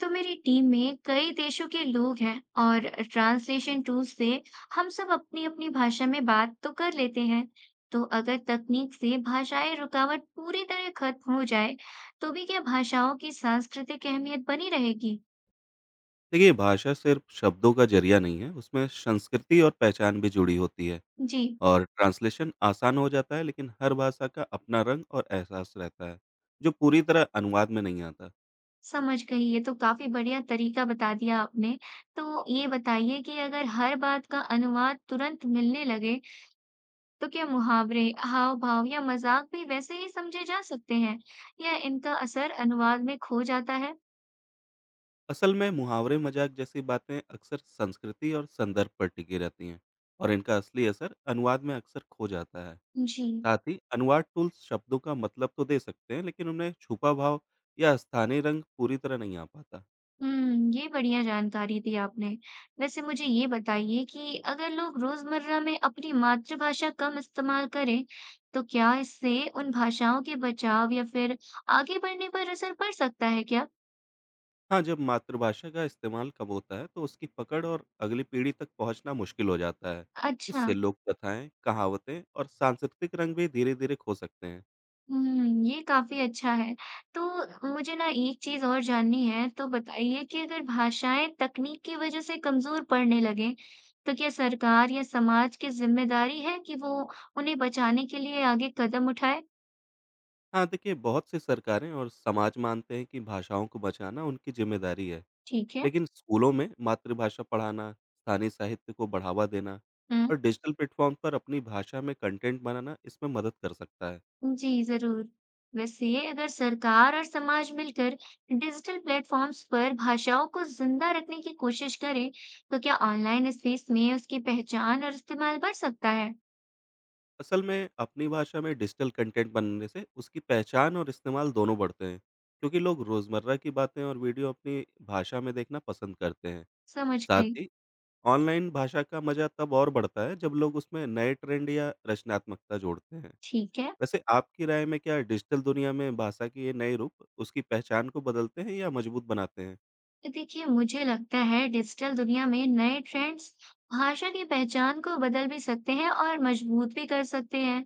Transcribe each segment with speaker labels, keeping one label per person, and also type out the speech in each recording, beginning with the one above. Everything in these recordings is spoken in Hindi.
Speaker 1: तो मेरी टीम में कई देशों के लोग हैं और ट्रांसलेशन टूल से हम सब अपनी अपनी भाषा में बात तो कर लेते हैं। तो अगर तकनीक से भाषाई रुकावट पूरी तरह खत्म हो जाए तो भी क्या भाषाओं की सांस्कृतिक अहमियत बनी रहेगी।
Speaker 2: देखिए, भाषा सिर्फ शब्दों का जरिया नहीं है। उसमें संस्कृति और पहचान भी जुड़ी होती है।
Speaker 1: जी।
Speaker 2: और ट्रांसलेशन आसान हो जाता है, लेकिन हर भाषा का अपना रंग और एहसास रहता है, जो पूरी तरह अनुवाद में नहीं आता।
Speaker 1: समझ गई, ये तो काफी बढ़िया तरीका बता दिया आपने। तो ये बताइए कि अगर हर बात का अनुवाद तुरंत मिलने लगे तो क्या मुहावरे, हाव-भाव या मज़ाक भी वैसे ही समझे जा सकते हैं या इनका असर अनुवाद में खो जाता है?
Speaker 2: असल में मुहावरे, मजाक जैसी बातें अक्सर संस्कृति और संदर्भ पर टिकी रहती हैं, और इनका असली असर अनुवाद में अक्सर खो जाता है।
Speaker 1: जी।
Speaker 2: साथ ही, अनुवाद टूल्स शब्दों का मतलब तो दे सकते हैं, लेकिन उनमें छुपा भाव या स्थानीय रंग पूरी तरह नहीं आ पाता।
Speaker 1: हुँ, ये बढ़िया जानकारी दी आपने। वैसे मुझे ये बताइए कि अगर लोग रोज़मर्रा में अपनी मातृभाषा कम इस्तेमाल करें, तो क्या इससे उन भाषाओं के बचाव या फिर आगे बढ़ने पर असर पड़ सकता है क्या?
Speaker 2: हाँ, जब मातृभाषा का इस्तेमाल कम होता है, तो उसकी पकड़ और अगली पीढ़ी तक पहुँचना मुश्किल हो जाता है।
Speaker 1: अच्छा।
Speaker 2: इससे लोक कथाएँ, कहावतें और सांस्कृतिक रंग भी धीरे-धीरे खो सकते हैं।
Speaker 1: हुँ, ये काफ़ी अच्छा है। तो मुझे ना एक चीज़ और जाननी है, तो बताइए कि अगर भाषाएँ तकनीक की वजह से कमज़ोर पड़ने लगें, तो क्या सरकार या समाज की ज़िम्मेदारी है कि वो उन्हें बचाने के लिए आगे कदम उठाए?
Speaker 2: हाँ, देखिए, बहुत सी सरकारें और समाज मानते हैं कि भाषाओं को बचाना उनकी ज़िम्मेदारी है।
Speaker 1: ठीक है।
Speaker 2: लेकिन स्कूलों में मातृभाषा पढ़ाना, स्थानीय साहित्य को बढ़ावा देना
Speaker 1: हुँ,
Speaker 2: और डिजिटल प्लेटफ़ॉर्म पर अपनी भाषा में कंटेंट बनाना इसमें मदद कर सकता है।
Speaker 1: जी, ज़रूर। वैसे अगर सरकार और समाज मिलकर डिजिटल प्लेटफ़ॉर्म्स पर भाषाओं को ज़िंदा रखने की कोशिश करें, तो क्या ऑनलाइन स्पेस में उसकी पहचान और इस्तेमाल बढ़ सकता है?
Speaker 2: असल में, अपनी भाषा में डिजिटल कंटेंट बनने से उसकी पहचान और इस्तेमाल दोनों बढ़ते हैं, क्योंकि लोग रोजमर्रा की बातें और वीडियो अपनी भाषा में देखना पसंद करते हैं।
Speaker 1: समझ
Speaker 2: साथ
Speaker 1: गई।
Speaker 2: ही, ऑनलाइन भाषा का मजा तब और बढ़ता है जब लोग उसमें नए ट्रेंड या रचनात्मकता जोड़ते हैं।
Speaker 1: ठीक है।
Speaker 2: वैसे, आपकी राय में क्या डिजिटल दुनिया में भाषा के ये नए रूप उसकी पहचान को बदलते हैं या मजबूत बनाते हैं?
Speaker 1: देखिए, मुझे लगता है डिजिटल दुनिया में नए ट्रेंड्स भाषा की पहचान को बदल भी सकते हैं और मजबूत भी कर सकते हैं।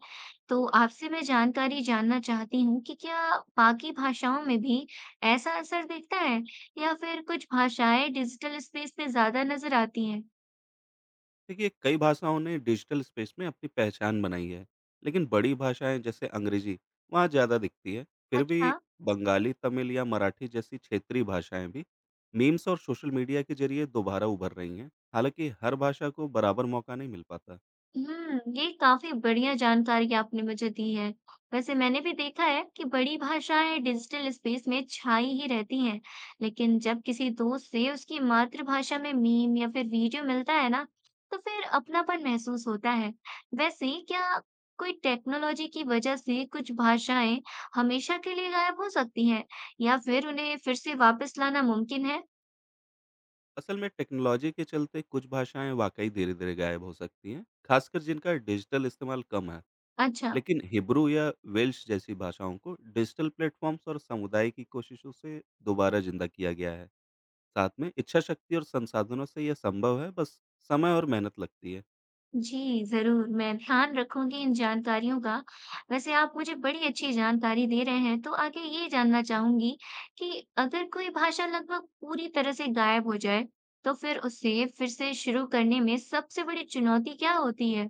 Speaker 1: तो आपसे मैं जानकारी जानना चाहती हूँ कि क्या बाकी भाषाओं में भी ऐसा असर दिखता है या फिर कुछ भाषाएं डिजिटल स्पेस में ज्यादा नजर आती हैं।
Speaker 2: देखिए, कई भाषाओं ने डिजिटल स्पेस में अपनी पहचान बनाई है, लेकिन बड़ी भाषाएं जैसे अंग्रेजी वहाँ ज़्यादा दिखती है। फिर
Speaker 1: अच्छा।
Speaker 2: भी बंगाली, तमिल या मराठी जैसी क्षेत्रीय भाषाएं भी मीम्स और सोशल मीडिया के जरिए दोबारा उभर रही हैं। हालांकि हर भाषा को बराबर मौका नहीं मिल पाता।
Speaker 1: हुँ, ये काफ़ी बढ़िया जानकारी आपने मुझे दी है। वैसे मैंने भी देखा है कि बड़ी भाषाएँ डिजिटल स्पेस में छाई ही रहती हैं, लेकिन जब किसी दोस्त से उसकी मातृभाषा में मीम या फिर वीडियो मिलता है ना, तो फिर अपनापन महसूस होता है। वैसे क्या कोई टेक्नोलॉजी की वजह से कुछ भाषाएँ हमेशा के लिए गायब हो सकती हैं या फिर उन्हें फिर से वापस लाना मुमकिन है?
Speaker 2: असल में टेक्नोलॉजी के चलते कुछ भाषाएं वाकई धीरे धीरे गायब हो सकती हैं, खासकर जिनका डिजिटल इस्तेमाल कम है।
Speaker 1: अच्छा।
Speaker 2: लेकिन हिब्रू या वेल्श जैसी भाषाओं को डिजिटल प्लेटफॉर्म्स और समुदाय की कोशिशों से दोबारा जिंदा किया गया है। साथ में इच्छाशक्ति और संसाधनों से यह संभव है, बस समय और मेहनत लगती है।
Speaker 1: जी, ज़रूर, मैं ध्यान रखूँगी इन जानकारियों का। वैसे आप मुझे बड़ी अच्छी जानकारी दे रहे हैं, तो आगे ये जानना चाहूँगी कि अगर कोई भाषा लगभग पूरी तरह से गायब हो जाए, तो फिर उसे फिर से शुरू करने में सबसे बड़ी चुनौती क्या होती है?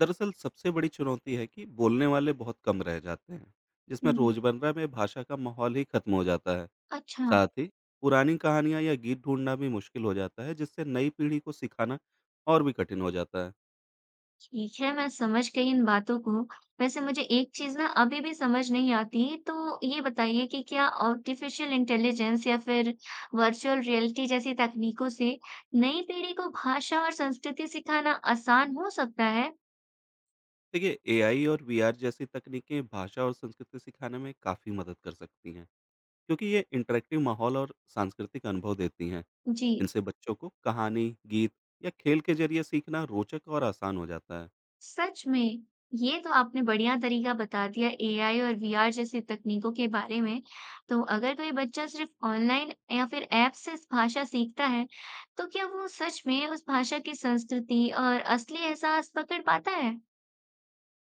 Speaker 2: दरअसल सबसे बड़ी चुनौती है कि बोलने वाले बहुत कम रह जाते हैं, जिसमें
Speaker 1: हुँ,
Speaker 2: रोजमर्रा में भाषा का माहौल ही खत्म हो जाता है।
Speaker 1: अच्छा।
Speaker 2: साथ ही, पुरानी कहानियाँ या गीत ढूँढना भी मुश्किल हो जाता है, जिससे नई पीढ़ी को सिखाना और भी कठिन हो जाता है।
Speaker 1: ठीक है, मैं समझ गई इन बातों को। वैसे मुझे एक चीज़ ना अभी भी समझ नहीं आती, तो ये बताइए कि क्या आर्टिफ़िशियल इंटेलिजेंस या फिर वर्चुअल रियलिटी जैसी तकनीकों से नई पीढ़ी को भाषा और संस्कृति सिखाना आसान हो सकता है?
Speaker 2: देखिए, एआई और वीआर जैसी तकनीकें भाषा और संस्कृति सिखाने में काफ़ी मदद कर सकती हैं, क्योंकि ये इंटरेक्टिव माहौल और सांस्कृतिक अनुभव देती हैं।
Speaker 1: जी।
Speaker 2: इनसे बच्चों को कहानी, गीत या खेल के जरिए सीखना रोचक और आसान हो जाता है।
Speaker 1: सच में, ये तो आपने बढ़िया तरीका बता दिया एआई और वीआर जैसी तकनीकों के बारे में। तो अगर कोई बच्चा सिर्फ ऑनलाइन या फिर ऐप से इस भाषा सीखता है तो क्या वो सच में उस भाषा की संस्कृति और असली एहसास पकड़ पाता है?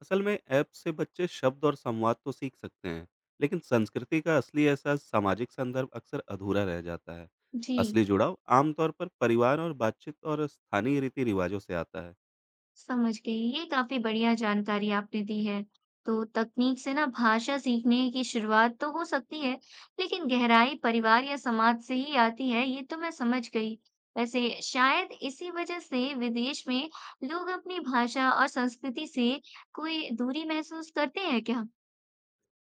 Speaker 2: असल में ऐप से बच्चे शब्द और संवाद तो सीख सकते हैं, लेकिन संस्कृति का असली एहसास, सामाजिक संदर्भ अक्सर अधूरा रह जाता है।
Speaker 1: जी।
Speaker 2: असली जुड़ाव आमतौर पर परिवार और बातचीत और स्थानीय रीति रिवाजों से आता है।
Speaker 1: समझ गई, ये काफी बढ़िया जानकारी आपने दी है। तो तकनीक से ना भाषा सीखने की शुरुआत तो हो सकती है, लेकिन गहराई परिवार या समाज से ही आती है, ये तो मैं समझ गई। वैसे शायद इसी वजह से विदेश में लोग अपनी भाषा और संस्कृति से कोई दूरी महसूस करते हैं क्या?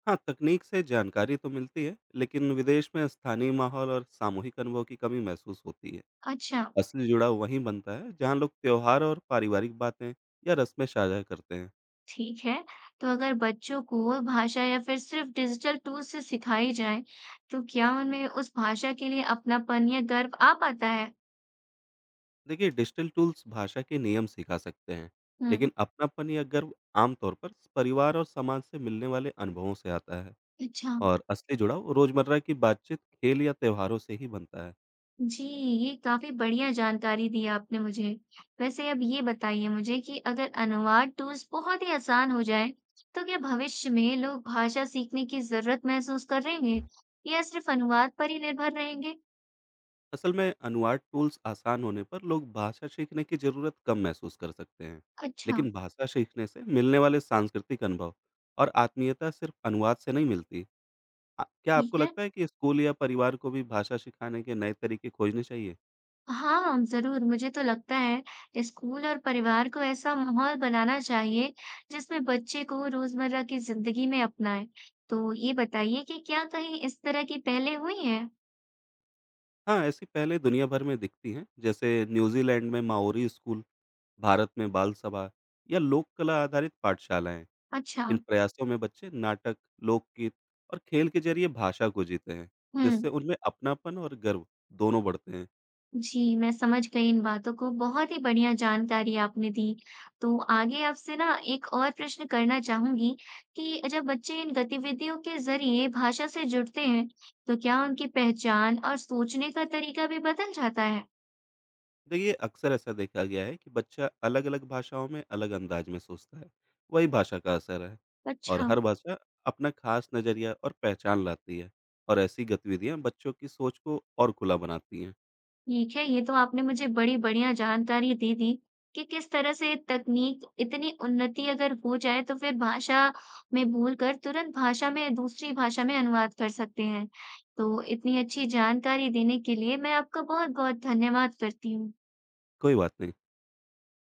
Speaker 2: हाँ, तकनीक से जानकारी तो मिलती है, लेकिन विदेश में स्थानीय माहौल और सामूहिक अनुभव की कमी महसूस होती है।
Speaker 1: अच्छा।
Speaker 2: असली जुड़ाव वहीं बनता है जहाँ लोग त्योहार और पारिवारिक बातें या रस्में साझा करते हैं।
Speaker 1: ठीक है। तो अगर बच्चों को भाषा या फिर सिर्फ डिजिटल टूल से सिखाई जाए तो क्या उनमें उस भाषा के लिए अपनापन या गर्व आ पाता है?
Speaker 2: देखिए, डिजिटल टूल्स भाषा के नियम सिखा सकते हैं,
Speaker 1: हम्म।
Speaker 2: लेकिन अपनापन या गर्व आमतौर पर परिवार और समाज से मिलने वाले अनुभवों से आता है।
Speaker 1: अच्छा।
Speaker 2: और असली जुड़ाव रोजमर्रा की बातचीत, खेल या त्योहारों से ही बनता है।
Speaker 1: जी, ये काफ़ी बढ़िया जानकारी दी आपने मुझे। वैसे अब ये बताइए मुझे कि अगर अनुवाद टूल्स बहुत ही आसान हो जाएँ, तो क्या भविष्य में लोग भाषा सीखने की ज़रूरत महसूस करेंगे या सिर्फ़ अनुवाद पर ही निर्भर रहेंगे?
Speaker 2: असल में अनुवाद टूल्स आसान होने पर लोग भाषा सीखने की जरूरत कम महसूस कर सकते हैं,
Speaker 1: अच्छा।
Speaker 2: लेकिन भाषा सीखने से मिलने वाले सांस्कृतिक अनुभव और आत्मीयता सिर्फ अनुवाद से नहीं मिलती। क्या आपको
Speaker 1: ठीक है।
Speaker 2: लगता है कि स्कूल या परिवार को भी भाषा सिखाने के नए तरीके खोजने चाहिए?
Speaker 1: हाँ, ज़रूर, मुझे तो लगता है स्कूल और परिवार को ऐसा माहौल बनाना चाहिए जिसमें बच्चे को रोज़मर्रा की ज़िंदगी में अपनाएँ। तो ये बताइए कि क्या कहीं इस तरह की पहलें हुई हैं?
Speaker 2: हाँ, ऐसी पहले दुनिया भर में दिखती हैं, जैसे न्यूज़ीलैंड में माओरी स्कूल, भारत में बाल सभा या लोक कला आधारित पाठशालाएँ।
Speaker 1: अच्छा।
Speaker 2: इन प्रयासों में बच्चे नाटक, लोकगीत और खेल के ज़रिए भाषा को जीते हैं, जिससे
Speaker 1: हुँ।
Speaker 2: उनमें अपनापन और गर्व दोनों बढ़ते हैं।
Speaker 1: जी, मैं समझ गई इन बातों को, बहुत ही बढ़िया जानकारी आपने दी। तो आगे आपसे ना एक और प्रश्न करना चाहूँगी कि जब बच्चे इन गतिविधियों के ज़रिए भाषा से जुड़ते हैं, तो क्या उनकी पहचान और सोचने का तरीका भी बदल जाता है?
Speaker 2: देखिए, अक्सर ऐसा देखा गया है कि बच्चा अलग-अलग भाषाओं में अलग अंदाज में सोचता है, वही भाषा का असर है। और
Speaker 1: अच्छा।
Speaker 2: हर भाषा अपना खास नज़रिया और पहचान लाती है, और ऐसी गतिविधियाँ बच्चों की सोच को और खुला बनाती हैं।
Speaker 1: ठीक है, ये तो आपने मुझे बड़ी बढ़िया जानकारी दे दी कि किस तरह से तकनीक इतनी उन्नति अगर हो जाए तो फिर भाषा में भूल कर तुरंत भाषा में दूसरी भाषा में अनुवाद कर सकते हैं। तो इतनी अच्छी जानकारी देने के लिए मैं आपका बहुत-बहुत धन्यवाद करती हूँ।
Speaker 2: कोई बात नहीं।